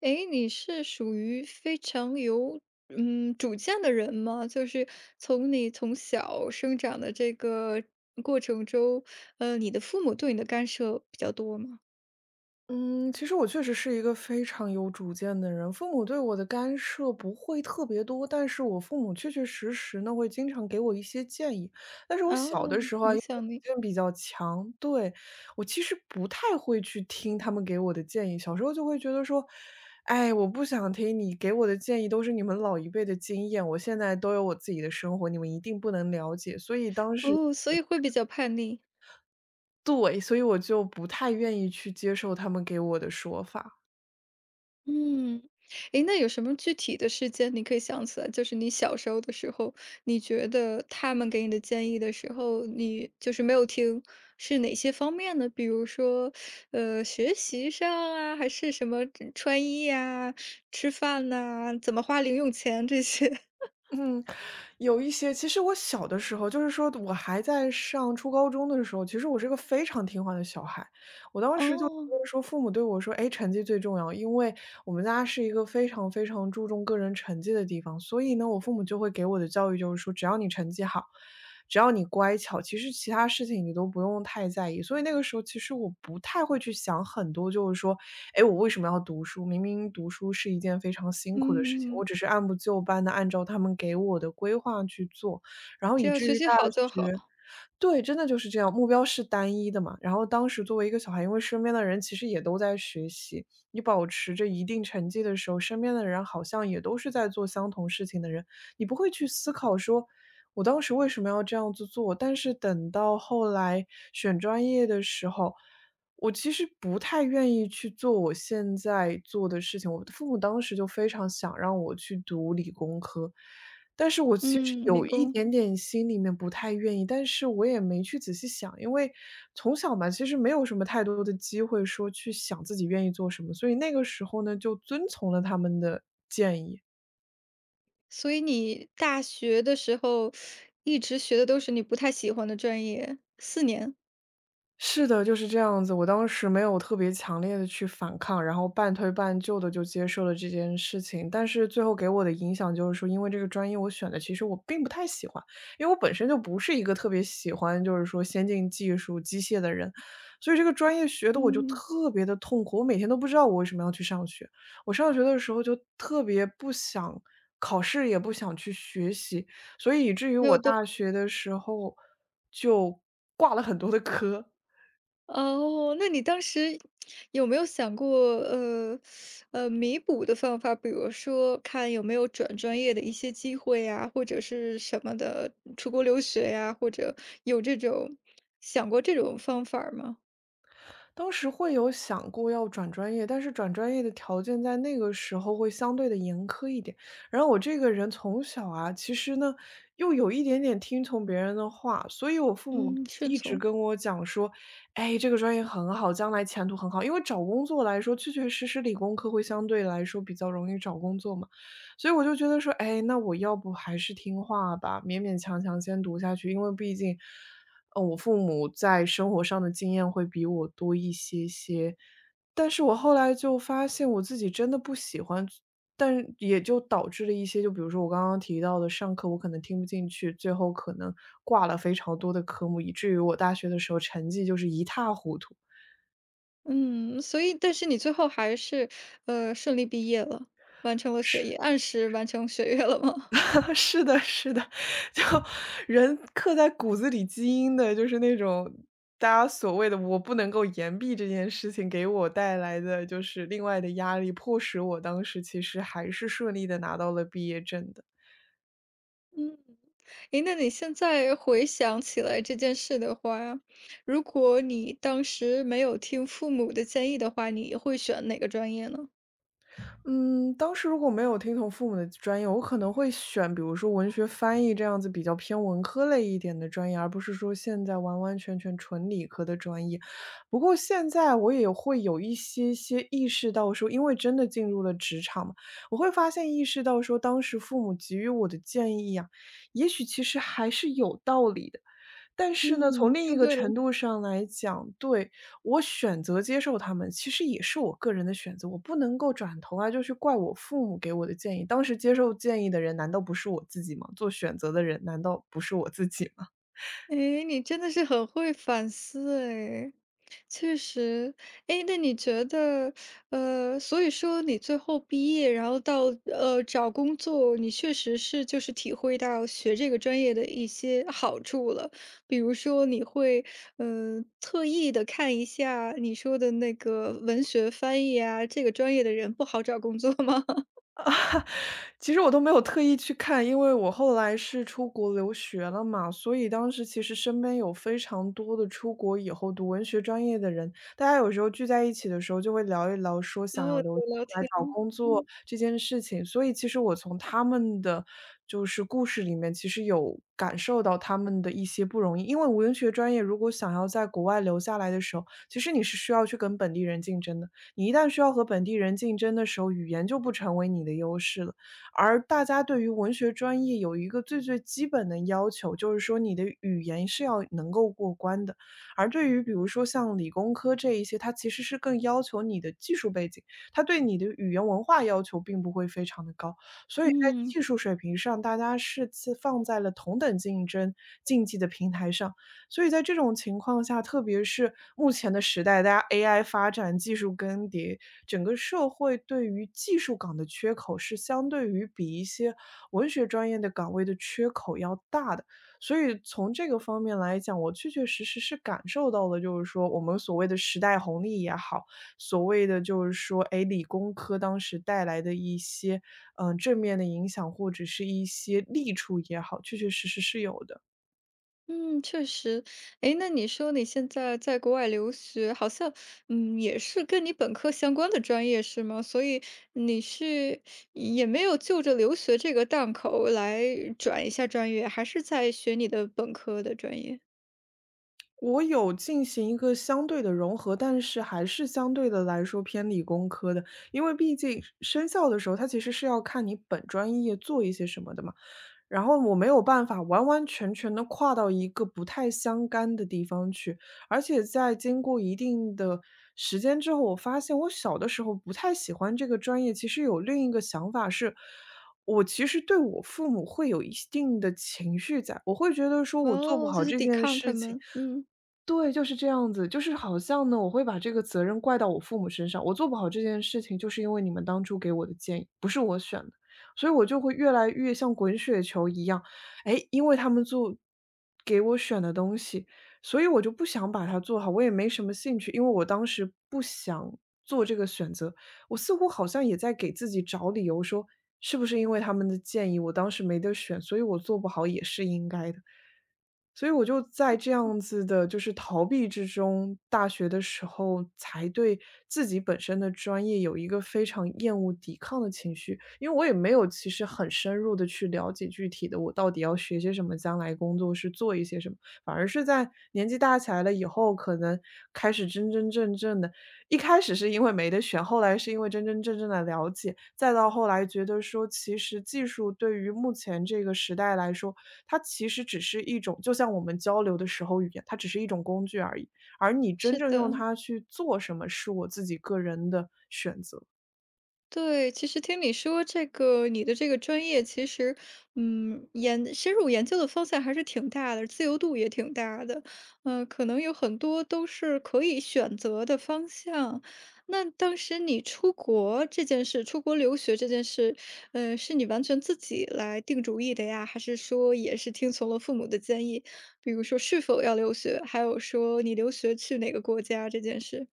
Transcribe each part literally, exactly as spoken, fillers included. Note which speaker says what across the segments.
Speaker 1: 诶，你是属于非常有，嗯，主见的人吗？就是从你从小生长的这个过程中，呃，你的父母对你的干涉比较多吗？
Speaker 2: 嗯，其实我确实是一个非常有主见的人，父母对我的干涉不会特别多，但是我父母确确实实呢会经常给我一些建议。但是我小
Speaker 1: 哦，
Speaker 2: 的时候啊，
Speaker 1: 影
Speaker 2: 因为我主
Speaker 1: 响你。
Speaker 2: 见比较强，对，我其实不太会去听他们给我的建议，小时候就会觉得说，哎，我不想听你给我的建议，都是你们老一辈的经验，我现在都有我自己的生活，你们一定不能了解。所以当时，
Speaker 1: 哦，所以会比较叛逆。
Speaker 2: 对，所以我就不太愿意去接受他们给我的说法。
Speaker 1: 嗯。诶，那有什么具体的事件你可以想起来？就是你小时候的时候，你觉得他们给你的建议的时候，你就是没有听，是哪些方面呢？比如说，呃，学习上啊，还是什么嗯穿衣呀、吃饭呐、怎么花零用钱这些？
Speaker 2: 嗯，有一些。其实我小的时候，就是说我还在上初高中的时候，其实我是个非常听话的小孩。我 当时就觉
Speaker 1: 哦。
Speaker 2: 得说，父母对我说：“哎，成绩最重要。”因为我们家是一个非常非常注重个人成绩的地方，所以呢，我父母就会给我的教育就是说，只要你成绩好，只要你乖巧，其实其他事情你都不用太在意。所以那个时候，其实我不太会去想很多，就是说，哎，我为什么要读书？明明读书是一件非常辛苦的事情，
Speaker 1: 嗯，
Speaker 2: 我只是按部就班的按照他们给我的规划去做，然后
Speaker 1: 只
Speaker 2: 以
Speaker 1: 要
Speaker 2: 至
Speaker 1: 学
Speaker 2: 于
Speaker 1: 习
Speaker 2: 大
Speaker 1: 好就好。
Speaker 2: 学对，真的就是这样，目标是单一的嘛。然后当时作为一个小孩，因为身边的人其实也都在学习，你保持着一定成绩的时候，身边的人好像也都是在做相同事情的人，你不会去思考说，我当时为什么要这样子做。但是等到后来选专业的时候，我其实不太愿意去做我现在做的事情。我的父母当时就非常想让我去读理工科，但是我其实
Speaker 1: 嗯，理
Speaker 2: 有嗯一
Speaker 1: 工。
Speaker 2: 点点心里面不太愿意，但是我也没去仔细想，因为从小嘛，其实没有什么太多的机会说去想自己愿意做什么，所以那个时候呢，就遵从了他们的建议。
Speaker 1: 所以你大学的时候一直学的都是你不太喜欢的专业，四年。
Speaker 2: 是的，就是这样子。我当时没有特别强烈的去反抗，然后半推半就的就接受了这件事情。但是最后给我的影响就是说，因为这个专业我选的其实我并不太喜欢，因为我本身就不是一个特别喜欢就是说先进技术、机械的人，所以这个专业学的我就
Speaker 1: 嗯。
Speaker 2: 特别的痛苦。我每天都不知道我为什么要去上学，我上学的时候就特别不想考试，也不想去学习，所以以至于
Speaker 1: 没有
Speaker 2: 我
Speaker 1: 动。
Speaker 2: 大学的时候就挂了很多的科。
Speaker 1: 哦，那你当时有没有想过，呃，呃，弥补的方法？比如说看有没有转专业的一些机会呀，或者是什么的，出国留学呀，或者有这种想过这种方法儿吗？
Speaker 2: 当时会有想过要转专业，但是转专业的条件在那个时候会相对的严苛一点。然后我这个人从小啊，其实呢，又有一点点听从别人的话，所以我父母
Speaker 1: 嗯，顺
Speaker 2: 一直
Speaker 1: 从。
Speaker 2: 跟我讲说：“哎，这个专业很好，将来前途很好。”因为找工作来说，确确实实理工科会相对来说比较容易找工作嘛。所以我就觉得说：“哎，那我要不还是听话吧，勉勉强强先读下去。”因为毕竟呃，我父母在生活上的经验会比我多一些些。但是我后来就发现我自己真的不喜欢，但也就导致了一些，就比如说我刚刚提到的，上课我可能听不进去，最后可能挂了非常多的科目，以至于我大学的时候成绩就是一塌糊涂。
Speaker 1: 嗯，所以但是你最后还是，呃，顺利毕业了，完成了学业，按时完成学业了吗？
Speaker 2: 是的是的，就人刻在骨子里基因的就是那种大家所谓的我不能够言毕这件事情给我带来的就是另外的压力，迫使我当时其实还是顺利的拿到了毕业证的。
Speaker 1: 嗯。诶，那你现在回想起来这件事的话，如果你当时没有听父母的建议的话，你会选哪个专业呢？
Speaker 2: 嗯，当时如果没有听从父母的专业，我可能会选比如说文学翻译这样子比较偏文科类一点的专业，而不是说现在完完全全纯理科的专业。不过现在我也会有一些些意识到说，因为真的进入了职场嘛，我会发现意识到说，当时父母给予我的建议呀、也许其实还是有道理的。但是呢，从
Speaker 1: 嗯。
Speaker 2: 另一
Speaker 1: 听
Speaker 2: 个
Speaker 1: 对了。
Speaker 2: 程度上来讲，对，我选择接受他们，其实也是我个人的选择，我不能够转头啊，就去怪我父母给我的建议。当时接受建议的人难道不是我自己吗？做选择的人难道不是我自己
Speaker 1: 诶，你真的是很会反思诶，确实。诶，那你觉得，呃，所以说你最后毕业，然后到呃找工作，你确实是就是体会到学这个专业的一些好处了，比如说你会嗯特意的看一下你说的那个文学翻译啊，这个专业的人不好找工作吗？
Speaker 2: 其实我都没有特意去看，因为我后来是出国留学了嘛，所以当时其实身边有非常多的出国以后读文学专业的人，大家有时候聚在一起的时候就会聊一聊，说
Speaker 1: 然
Speaker 2: 想
Speaker 1: 后
Speaker 2: 要留
Speaker 1: 就聊
Speaker 2: 来
Speaker 1: 天。
Speaker 2: 找工作这件事情。所以其实我从他们的就是故事里面，其实有感受到他们的一些不容易。因为文学专业如果想要在国外留下来的时候，其实你是需要去跟本地人竞争的。你一旦需要和本地人竞争的时候，语言就不成为你的优势了。而大家对于文学专业有一个最最基本的要求，就是说你的语言是要能够过关的。而对于比如说像理工科这一些，它其实是更要求你的技术背景，它对你的语言文化要求并不会非常的高。所以在
Speaker 1: 嗯。
Speaker 2: 技术水平上，大家是自放在了同等竞争竞技的平台上。所以在这种情况下，特别是目前的时代，大家 A I 发展、技术更迭，整个社会对于技术岗的缺口是相对于比一些文学专业的岗位的缺口要大的。所以从这个方面来讲，我确确实实是感受到了，就是说我们所谓的时代红利也好，所谓的就是说，哎理工科当时带来的一些嗯、呃正面的影响，或者是一些利处也好，确确实实是有的。
Speaker 1: 嗯，确实。诶，那你说你现在在国外留学，好像，嗯，也是跟你本科相关的专业，是吗？所以你是也没有就着留学这个档口来转一下专业，还是在学你的本科的专业？
Speaker 2: 我有进行一个相对的融合，但是还是相对的来说偏理工科的。因为毕竟生效的时候，它其实是要看你本专业做一些什么的嘛。然后我没有办法完完全全的跨到一个不太相干的地方去，而且在经过一定的时间之后，我发现我小的时候不太喜欢这个专业，其实有另一个想法是，我其实对我父母会有一定的情绪在，我会觉得说我做不
Speaker 1: 哦，就
Speaker 2: 好
Speaker 1: 是
Speaker 2: 这
Speaker 1: 抵
Speaker 2: 件
Speaker 1: 抗他
Speaker 2: 事情
Speaker 1: 们。嗯，
Speaker 2: 对，就是这样子，就是好像呢，我会把这个责任怪到我父母身上，我做不好这件事情，就是因为你们当初给我的建议，不是我选的，所以我就会越来越像滚雪球一样，哎，因为他们做给我选的东西，所以我就不想把它做好，我也没什么兴趣，因为我当时不想做这个选择，我似乎好像也在给自己找理由说，是不是因为他们的建议，我当时没得选，所以我做不好也是应该的。所以我就在这样子的，就是逃避之中，大学的时候才对自己本身的专业有一个非常厌恶、抵抗的情绪。因为我也没有其实很深入的去了解具体的我到底要学些什么，将来工作是做一些什么，反而是在年纪大起来了以后，可能开始真真正正的，一开始是因为没得选，后来是因为真真正正的了解，再到后来觉得说，其实技术对于目前这个时代来说，它其实只是一种就像我们交流的时候语言，它只是一种工具而已，而你真
Speaker 1: 是
Speaker 2: 正用
Speaker 1: 的。
Speaker 2: 它去做什么，是我自己个人的选择。
Speaker 1: 对，其实听你说这个，你的这个专业其实，嗯，研深入研究的方向还是挺大的，自由度也挺大的，呃，可能有很多都是可以选择的方向。那当时你出国这件事，出国留学这件事，嗯，是你完全自己来定主意的呀，还是说也是听从了父母的建议？比如说是否要留学，还有说你留学去哪个国家这件事？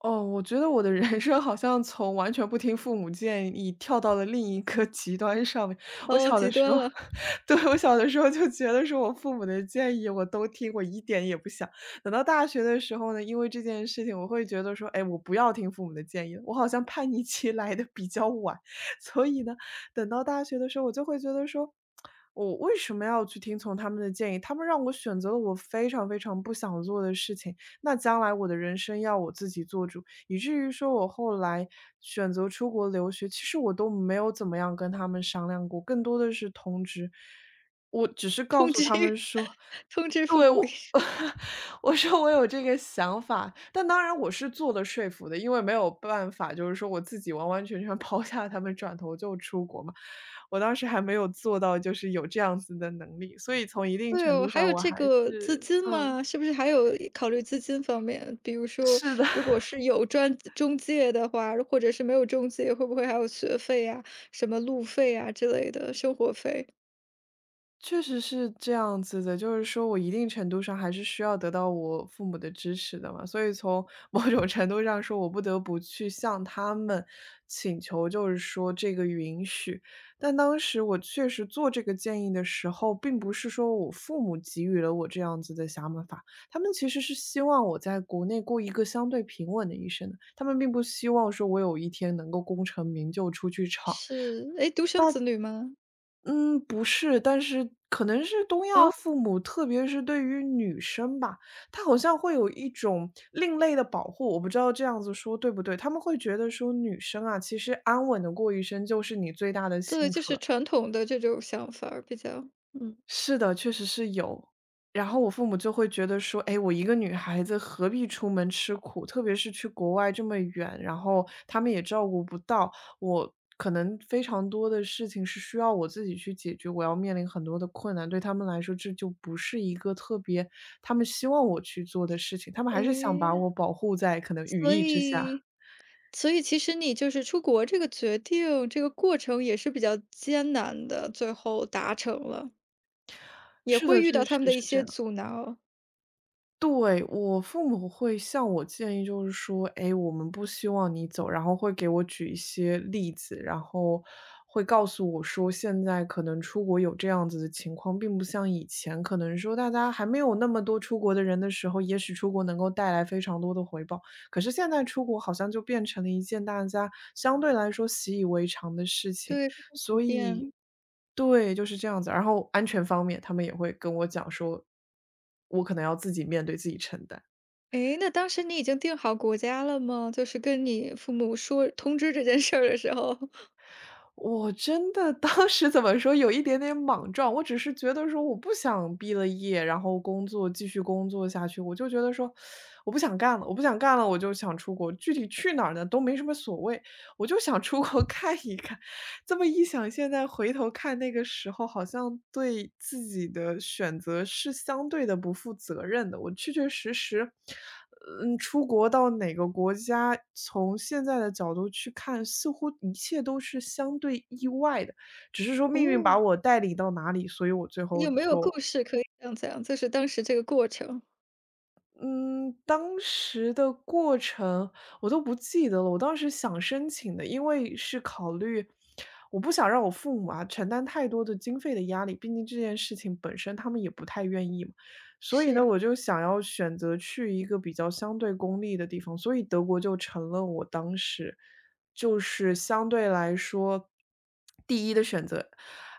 Speaker 2: 哦，我觉得我的人生好像从完全不听父母建议，跳到了另一个极端上面。我
Speaker 1: 哦，
Speaker 2: 小
Speaker 1: 极
Speaker 2: 的时
Speaker 1: 端
Speaker 2: 候
Speaker 1: 了。
Speaker 2: 对，我小的时候就觉得说我父母的建议我都听，我一点也不想。等到大学的时候呢，因为这件事情，我会觉得说，哎，我不要听父母的建议了，我好像叛逆期 来的比较晚，所以呢，等到大学的时候，我就会觉得说，我为什么要去听从他们的建议？他们让我选择了我非常非常不想做的事情。那将来我的人生要我自己做主，以至于说我后来选择出国留学，其实我都没有怎么样跟他们商量过，更多的是通知。我只是告
Speaker 1: 通
Speaker 2: 诉
Speaker 1: 知。
Speaker 2: 他们说
Speaker 1: 通知父
Speaker 2: 对，
Speaker 1: 母一
Speaker 2: 我
Speaker 1: 声。
Speaker 2: 我说我有这个想法，但当然我是做的说服的，因为没有办法，就是说我自己完完全全 抛下他们，转头就出国嘛。我当时还没有做到就是有这样子的能力，所以从一定
Speaker 1: 对
Speaker 2: 程
Speaker 1: 哦，
Speaker 2: 度
Speaker 1: 还
Speaker 2: 上
Speaker 1: 有
Speaker 2: 我
Speaker 1: 这
Speaker 2: 还
Speaker 1: 个资
Speaker 2: 是
Speaker 1: 金
Speaker 2: 嗯，
Speaker 1: 吗？是不是还有考虑资金方面？比如说，
Speaker 2: 是的。
Speaker 1: 如果是有专中介的话，或者是没有中介，会不会还有学费呀、什么路费啊之类的生活费？
Speaker 2: 确实是这样子的，就是说我一定程度上还是需要得到我父母的支持的嘛，所以从 某种程度上说，我不得不去向他们请求，就是说这个允许。但当时我确实做这个建议的时候，并不是说我父母给予了我这样子的想法，他们其实是希望我在国内过一个相对平稳的一生的，他们并不希望说我有一天能够功成名就出去闯。
Speaker 1: 是。哎，独生子女吗？
Speaker 2: 嗯，不是，但是可能是东亚
Speaker 1: 哦。
Speaker 2: 父母，特别是对于女生吧，她好像会有一种另类的保护，我不知道这样子说对不对？他们会觉得说女生啊，其实安稳的过一生就是你最大的
Speaker 1: 对，
Speaker 2: 幸
Speaker 1: 就
Speaker 2: 福
Speaker 1: 是
Speaker 2: 了。
Speaker 1: 传统的这种想法儿比较，嗯。
Speaker 2: 是的，确实是有。然后我父母就会觉得说："哎，我一个女孩子何必出门吃苦？特别是去国外这么远，然后他们也照顾不到，我可能非常多的事情是需要我自己去解决，我要面临很多的困难。对他们来说，这就不是一个特别他们希望我去做的事情，他们还是想
Speaker 1: 哎，
Speaker 2: 把我保护在可能羽
Speaker 1: 所
Speaker 2: 翼之下。"
Speaker 1: 以所以其实你就是出国这个决定，这个过程也是比较艰难的，最后达成了，也
Speaker 2: 是
Speaker 1: 会
Speaker 2: 的，
Speaker 1: 遇
Speaker 2: 确
Speaker 1: 到
Speaker 2: 实
Speaker 1: 他们的一
Speaker 2: 是这
Speaker 1: 些
Speaker 2: 样。
Speaker 1: 阻挠。
Speaker 2: 对，我父母会向我建议，就是说，哎，我们不希望你走，然后会给我举一些例子，然后会告诉我说，现在可能出国有这样子的情况，并不像以前，可能说大家还没有那么多出国的人的时候，也许出国能够带来非常多的回报，可是现在出国好像就变成了一件大家相对来说习以为常的事情。
Speaker 1: 对，非常普
Speaker 2: 所以
Speaker 1: 遍。
Speaker 2: 对，就是这样子。然后安全方面，他们也会跟我讲说，我可能要自己面对、自己承担。
Speaker 1: 诶，那当时你已经定好国家了吗？就是跟你父母说通知这件事儿的时候，
Speaker 2: 我真的 当时怎么说，有一点点莽撞，我只是觉得说我不想毕了业，然后工作继续工作下去，我就觉得说我不想干了，我不想干了，我就想出国，具体去哪儿呢，都没什么所谓，我就想出国 看一看。这么一想，现在回头看那个时候，好像对自己的选择是相对的不负责任的。我确确实实，嗯，出国到哪个国家，从现在的角度去看，似乎一切都是相对意外的，只是说命运把
Speaker 1: 哦，
Speaker 2: 我带领到哪里，所以我最后
Speaker 1: 有没有
Speaker 2: 就
Speaker 1: 故事可以讲讲？就是当时这个过程，
Speaker 2: 嗯，当时的过程我都不记得了。我当时想申请的，因为是考虑我不想让我父母啊承担太多的经费的压力，毕竟这件事情本身他们也不太愿意嘛。所以
Speaker 1: 是
Speaker 2: 呢，
Speaker 1: 呀。
Speaker 2: 我就想要选择去一个比较相对公立的地方，所以德国就成了我当时就是相对来说第一的选择。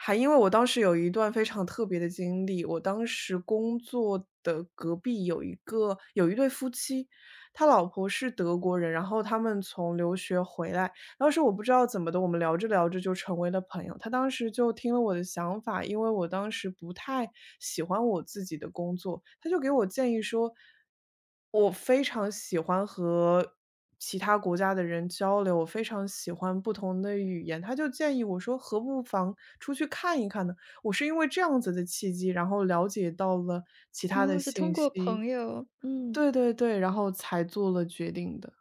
Speaker 2: 还因为我当时有一段非常特别的经历，我当时工作的隔壁有一个有一对夫妻，他老婆是德国人，然后他们从留学回来。当时我不知道怎么的，我们聊着聊着就成为了朋友。他当时就听了我的想法，因为我当时不太喜欢我自己的工作，他就给我建议说，我非常喜欢和其他国家的人交流，我非常喜欢不同的语言。他就建议我说，何不妨出去看一看呢？我是因为这样子的契机，然后了解到了其
Speaker 1: 然
Speaker 2: 他
Speaker 1: 后
Speaker 2: 的
Speaker 1: 是通
Speaker 2: 信
Speaker 1: 过
Speaker 2: 息，
Speaker 1: 朋友，嗯。
Speaker 2: 对对对，然后才做了决定的。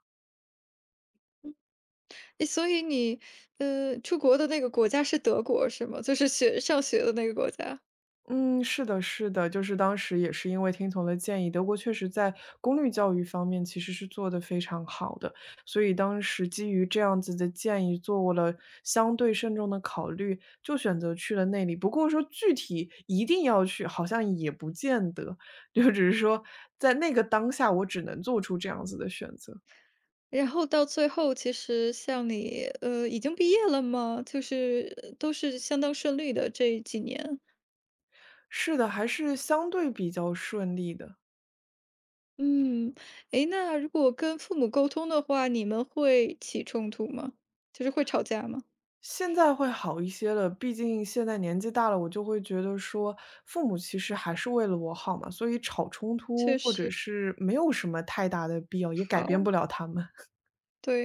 Speaker 1: 诶，所以你，呃，出国的那个国家是德国是吗？就是学上学的那个国家。
Speaker 2: 嗯，是的，是的，就是当时也是因为听从了建议，德国确实在公立教育方面其实是做得非常好的，所以当时基于这样子的建议，做了相对慎重的考虑，就选择去了那里。不过说具体一定要去，好像也不见得，就只是说在那个当下，我只能做出这样子的选择。
Speaker 1: 然后到最后，其实像你，呃，已经毕业了吗？就是呃都是相当顺利的这几年。
Speaker 2: 是的，还是相对比较顺利的。
Speaker 1: 嗯。诶，那如果跟父母沟通的话，你们会起冲突吗？就是会吵架吗？
Speaker 2: 现在会好一些了，毕竟现在年纪大了，我就会觉得说，父母其实还是为了我好嘛，所以吵冲突
Speaker 1: 确
Speaker 2: 或者
Speaker 1: 实。
Speaker 2: 是没有什么太大的必要，也改变
Speaker 1: 好。
Speaker 2: 不了他们。
Speaker 1: 对。